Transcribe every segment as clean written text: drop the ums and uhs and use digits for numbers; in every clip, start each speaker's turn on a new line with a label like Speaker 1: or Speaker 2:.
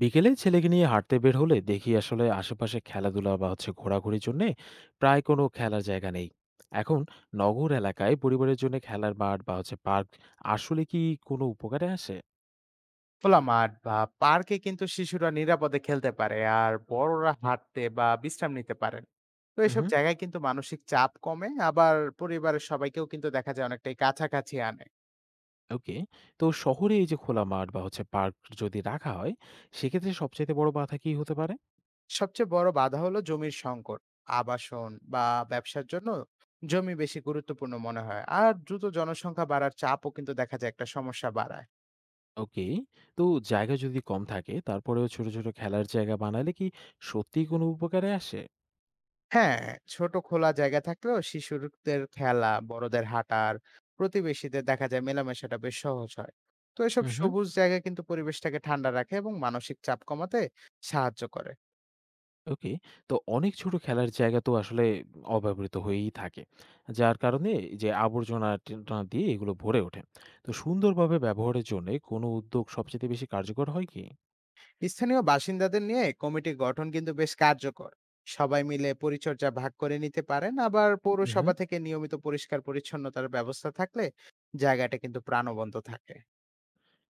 Speaker 1: বিকেলে ছেলেকে নিয়ে হাঁটতে বের হলে দেখি আসলে আশেপাশে খেলাধুলা বা হচ্ছে ঘোরাঘুরির জন্য প্রায় কোনো খেলার জায়গা নেই। এখন নগর এলাকায় পরিবারের জন্য খেলার মাঠ বা হচ্ছে পার্ক আসলে কি কোনো উপকারে আসে?
Speaker 2: খোলা মাঠ বা পার্কে কিন্তু শিশুরা নিরাপদে খেলতে পারে আর বড়রা হাঁটতে বা বিশ্রাম নিতে পারেন। তো এসব
Speaker 1: হুম।
Speaker 2: জায়গায় কিন্তু মানসিক চাপ কমে, আবার পরিবারের সবাইকেও কিন্তু দেখা যায় অনেকটাই কাছাকাছি আনে।
Speaker 1: ওকে, তো শহরে এই যে খোলা মাঠ বা হচ্ছে পার্ক যদি রাখা হয়, সেক্ষেত্রে সবচেয়ে বড় বাধা কি হতে পারে?
Speaker 2: সবচেয়ে বড় বাধা হলো জমির সংকট। আবাসন বা ব্যবসার জন্য জমি বেশি গুরুত্বপূর্ণ মনে হয়, আর দ্রুত জনসংখ্যা বাড়ার চাপও কিন্তু দেখা যায় একটা সমস্যা বাড়ায়।
Speaker 1: ওকে, তো জায়গা যদি কম থাকে তারপরেও ছোট ছোট খেলার জায়গা বানালে কি সত্যিই কোনো উপকারে আসে?
Speaker 2: হ্যাঁ, ছোট খোলা জায়গা থাকলেও শিশুদের খেলা, বড়দের হাঁটার, প্রতিবেশীদের দেখা যায় মেলামেশাটা বেশ সহজ হয়। তো এসব
Speaker 1: হুম।
Speaker 2: সবুজ জায়গা কিন্তু পরিবেশটাকে ঠান্ডা রাখে এবং মানসিক চাপ কমাতে সাহায্য করে।
Speaker 1: ওকে। তো অনেক ছোট খেলার জায়গা তো আসলে অব্যবহৃত হয়েই থাকে। যার কারণে যে আবর্জনা টেনটা দিয়ে এগুলো ভরে ওঠে। তো সুন্দরভাবে ব্যবহারের জন্যে কোনো উদ্যোগ সবচাইতে বেশি কার্যকর হয় কি?
Speaker 2: স্থানীয় বাসিন্দাদের নিয়ে কমিটি গঠন কিন্তু বেশ কার্যকর। সবাই মিলে পরিচর্যা ভাগ করে নিতে পারেন। আবার
Speaker 1: উহু।
Speaker 2: পৌরসভা থেকে নিয়মিত পরিষ্কার পরিচ্ছন্নতার ব্যবস্থা থাকলে জায়গাটা কিন্তু প্রাণবন্ত থাকে।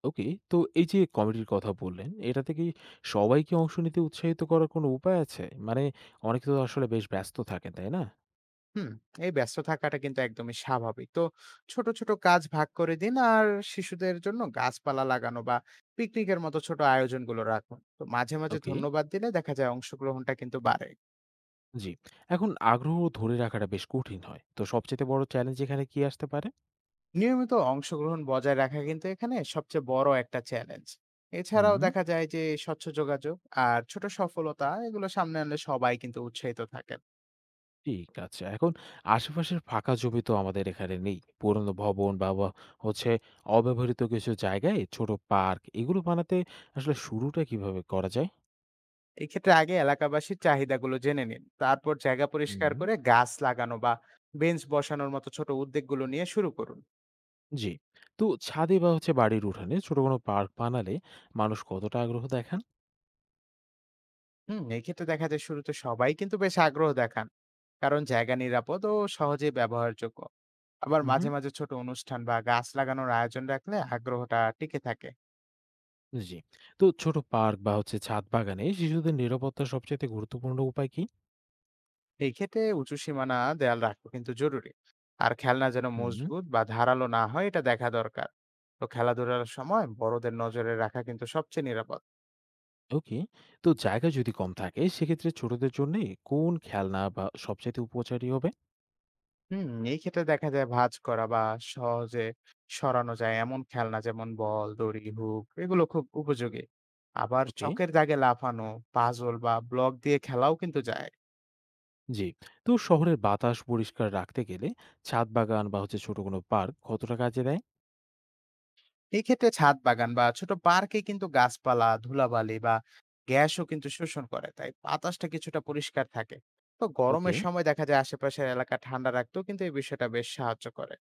Speaker 1: ওকে। তো এই যে কমিটির কথা বললেন, এটাতে কি সবাইকে অংশ নিতে উৎসাহিত করার কোনো উপায় আছে? মানে অনেকে তো আসলে বেশ ব্যস্ত থাকেন, তাই না?
Speaker 2: হুম, এই ব্যস্ত থাকাটা কিন্তু একদমই স্বাভাবিক। তো ছোট ছোট কাজ ভাগ করে দিন, আর শিশুদের জন্য গাছপালা লাগানো বা পিকনিকের মতো ছোট আয়োজনগুলো রাখুন। তো মাঝে মাঝে
Speaker 1: ওকে,
Speaker 2: ধন্যবাদ দিলে দেখা যায় অংশগ্রহণটা কিন্তু বাড়ে।
Speaker 1: জি। এখন আগ্রহ ধরে রাখাটা বেশ কঠিন হয়। তো সবচাইতে বড় চ্যালেঞ্জ এখানে কি আসতে পারে?
Speaker 2: নিয়মিত অংশগ্রহণ বজায় রাখা কিন্তু এখানে সবচেয়ে বড় একটা চ্যালেঞ্জ। এছাড়াও
Speaker 1: হুম।
Speaker 2: দেখা যায় যে স্বচ্ছ যোগাযোগ আর ছোট সফলতা এগুলো সামনে আনলে সবাই কিন্তু উৎসাহিত থাকে।
Speaker 1: ঠিক আছে। এখন আশেপাশের ফাঁকা জমি তো আমাদের এখানে নেই। পুরনো ভবন বা বা হচ্ছে অব্যবহৃত কিছু জায়গায় ছোট পার্ক এগুলো বানাতে আসলে শুরুটা কিভাবে করা যায়?
Speaker 2: এক্ষেত্রে আগে এলাকাবাসীর চাহিদাগুলো জেনে নিন, তারপর জায়গা
Speaker 1: হুম।
Speaker 2: পরিষ্কার করে গাছ লাগানো বা বেঞ্চ বসানোর মতো ছোট উদ্যোগগুলো নিয়ে শুরু করুন।
Speaker 1: জি। তো ছাদে বা হচ্ছে বাড়ির উঠানে ছোট কোনো পার্ক বানালে মানুষ কতটা আগ্রহ দেখান?
Speaker 2: এক্ষেত্রে দেখা যায় শুরুতে সবাই কিন্তু বেশ আগ্রহ দেখান, কারণ জায়গা নিরাপদ ও সহজে ব্যবহারযোগ্য। আবার মাঝে
Speaker 1: উহু,
Speaker 2: মাঝে ছোট অনুষ্ঠান বা গাছ লাগানোর আয়োজন রাখলে আগ্রহটা টিকে থাকে।
Speaker 1: জি। তো ছোট পার্ক বা হচ্ছে ছাদ বাগানে শিশুদের নিরাপত্তার সবচাইতে গুরুত্বপূর্ণ উপায় কি?
Speaker 2: এই ক্ষেত্রে উঁচু সীমানা দেয়াল রাখা কিন্তু জরুরি, আর খেলনা যেন
Speaker 1: হুম।
Speaker 2: মজবুত বা ধারালো না হয় এটা দেখা দরকার। তো খেলাধুলার সময় বড়দের নজরে রাখা কিন্তু সবচেয়ে নিরাপদ।
Speaker 1: ওকে। তো জায়গা যদি কম থাকে সেক্ষেত্রে ছোটদের জন্যে কোন খেলনা বা সবচাইতে উপকারী হবে?
Speaker 2: এই ক্ষেত্রে দেখা যায় ভাঁজ করা বা সহজে সরানো যায় এমন খেলনা, যেমন বল, দড়ি, হুক এগুলো খুব উপযোগী। আবার
Speaker 1: ওকে।
Speaker 2: চকের দাগে লাফানো, পাজল বা ব্লক দিয়ে খেলাও কিন্তু যায়।
Speaker 1: জি। তো শহরের বাতাস পরিষ্কার রাখতে গেলে ছাদ বাগান বা হচ্ছে ছোট কোনো পার্ক কতটা কাজে দেয়?
Speaker 2: এই ক্ষেত্রে ছাদ বাগান বা ছোট পার্কে কিন্তু গাছপালা, ধুলাবালি বা গ্যাসও কিন্তু শোষণ করে। তাই বাতাসটা কিছুটা পরিষ্কার থাকে। তো
Speaker 1: ওকে।
Speaker 2: গরমের সময় দেখা যায় আশেপাশের এলাকা ঠান্ডা রাখতেও কিন্তু এই বিষয়টা বেশ সাহায্য করে।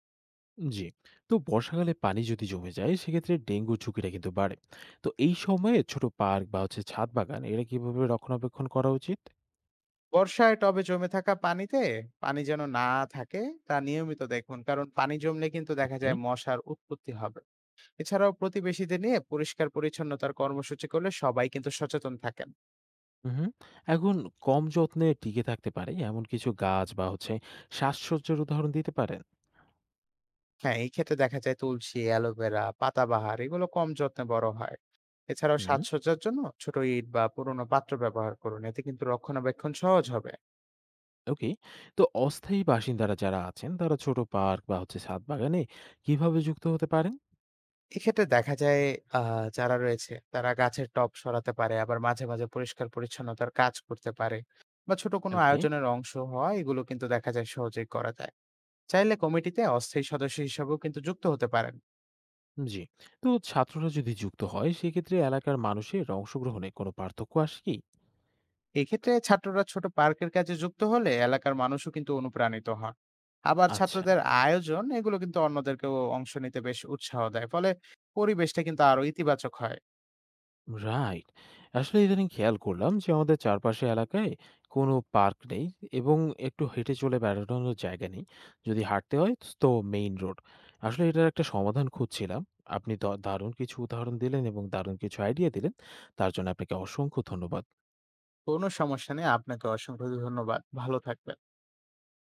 Speaker 1: জি। তো বর্ষাকালে পানি যদি জমে যায় সেক্ষেত্রে ডেঙ্গুর ঝুঁকিটা কিন্তু বাড়ে। তো এই সময়ে ছোট পার্ক বা হচ্ছে ছাদ বাগান এটা কিভাবে রক্ষণাবেক্ষণ করা উচিত?
Speaker 2: বর্ষায় টবে জমে থাকা পানিতে পানি যেন না থাকে তা নিয়মিত দেখুন, কারণ পানি জমলে কিন্তু দেখা
Speaker 1: ওকে।
Speaker 2: যায় মশার উৎপত্তি হবে। এছাড়াও প্রতিবেশীদের নিয়ে পরিষ্কার পরিচ্ছন্নতার কর্মসূচি করলে সবাই কিন্তু সচেতন থাকেন।
Speaker 1: হুম। এখন কম যত্নে টিকে থাকতে পারে এমন কিছু গাছ বা হচ্ছে সাজসজ্জার উদাহরণ দিতে পারেন?
Speaker 2: হ্যাঁ, এই ক্ষেত্রে দেখা যায় তুলসী, অ্যালোভেরা, পাতাবাহার এগুলো কম যত্নে বড় হয়। এছাড়াও
Speaker 1: হুম।
Speaker 2: সাজসজ্জার জন্য ছোট ইট বা পুরোনো পাত্র ব্যবহার করুন, এতে কিন্তু রক্ষণাবেক্ষণ সহজ হবে।
Speaker 1: ওকে। তো অস্থায়ী বাসিন্দারা যারা আছেন তারা ছোট পার্ক বা হচ্ছে ছাদ বাগানে কিভাবে যুক্ত হতে পারেন?
Speaker 2: এক্ষেত্রে দেখা যায় আ যারা রয়েছে তারা গাছের টব সরাতে পারে। আবার মাঝে, মাঝে পরিষ্কার-পরিচ্ছন্নতার কাজ করতে পারে, বা ছোট কোনো
Speaker 1: ওকে।
Speaker 2: আয়োজনের অংশ হওয়া এগুলো কিন্তু দেখা যায় সহজেই করা যায়। চাইলে কমিটিতে অস্থায়ী সদস্য হিসেবেও কিন্তু যুক্ত হতে পারেন।
Speaker 1: জি। তো ছাত্ররা যদি যুক্ত হয় সেক্ষেত্রে এলাকার মানুষের অংশগ্রহণে কোনো পার্থক্য আসে কি?
Speaker 2: এক্ষেত্রে ছাত্ররা ছোট পার্কের কাজে যুক্ত হলে এলাকার মানুষও কিন্তু অনুপ্রাণিত হন। আবার
Speaker 1: আচ্ছা।
Speaker 2: ছাত্রদের আয়োজন এগুলো কিন্তু অন্যদেরকেও অংশ নিতে বেশ উৎসাহ দেয়। ফলে পরিবেশটা কিন্তু আরো ইতিবাচক হয়।
Speaker 1: রাইট। আসলে ইদানিং খেয়াল করলাম যে আমাদের চারপাশে এলাকায় কোনো পার্ক নেই এবং একটু হেঁটে চলে বেড়ানোর জায়গা নেই। যদি হাঁটতে হয় তো মেইন রোড। আসলে এটার একটা সমাধান খুঁজছিলাম। আপনি দারুণ কিছু উদাহরণ দিলেন এবং দারুণ কিছু আইডিয়া দিলেন। তার জন্য আপনাকে অসংখ্য ধন্যবাদ।
Speaker 2: কোনো সমস্যা নেই। আপনাকে অসংখ্য ধন্যবাদ। ভালো থাকবেন।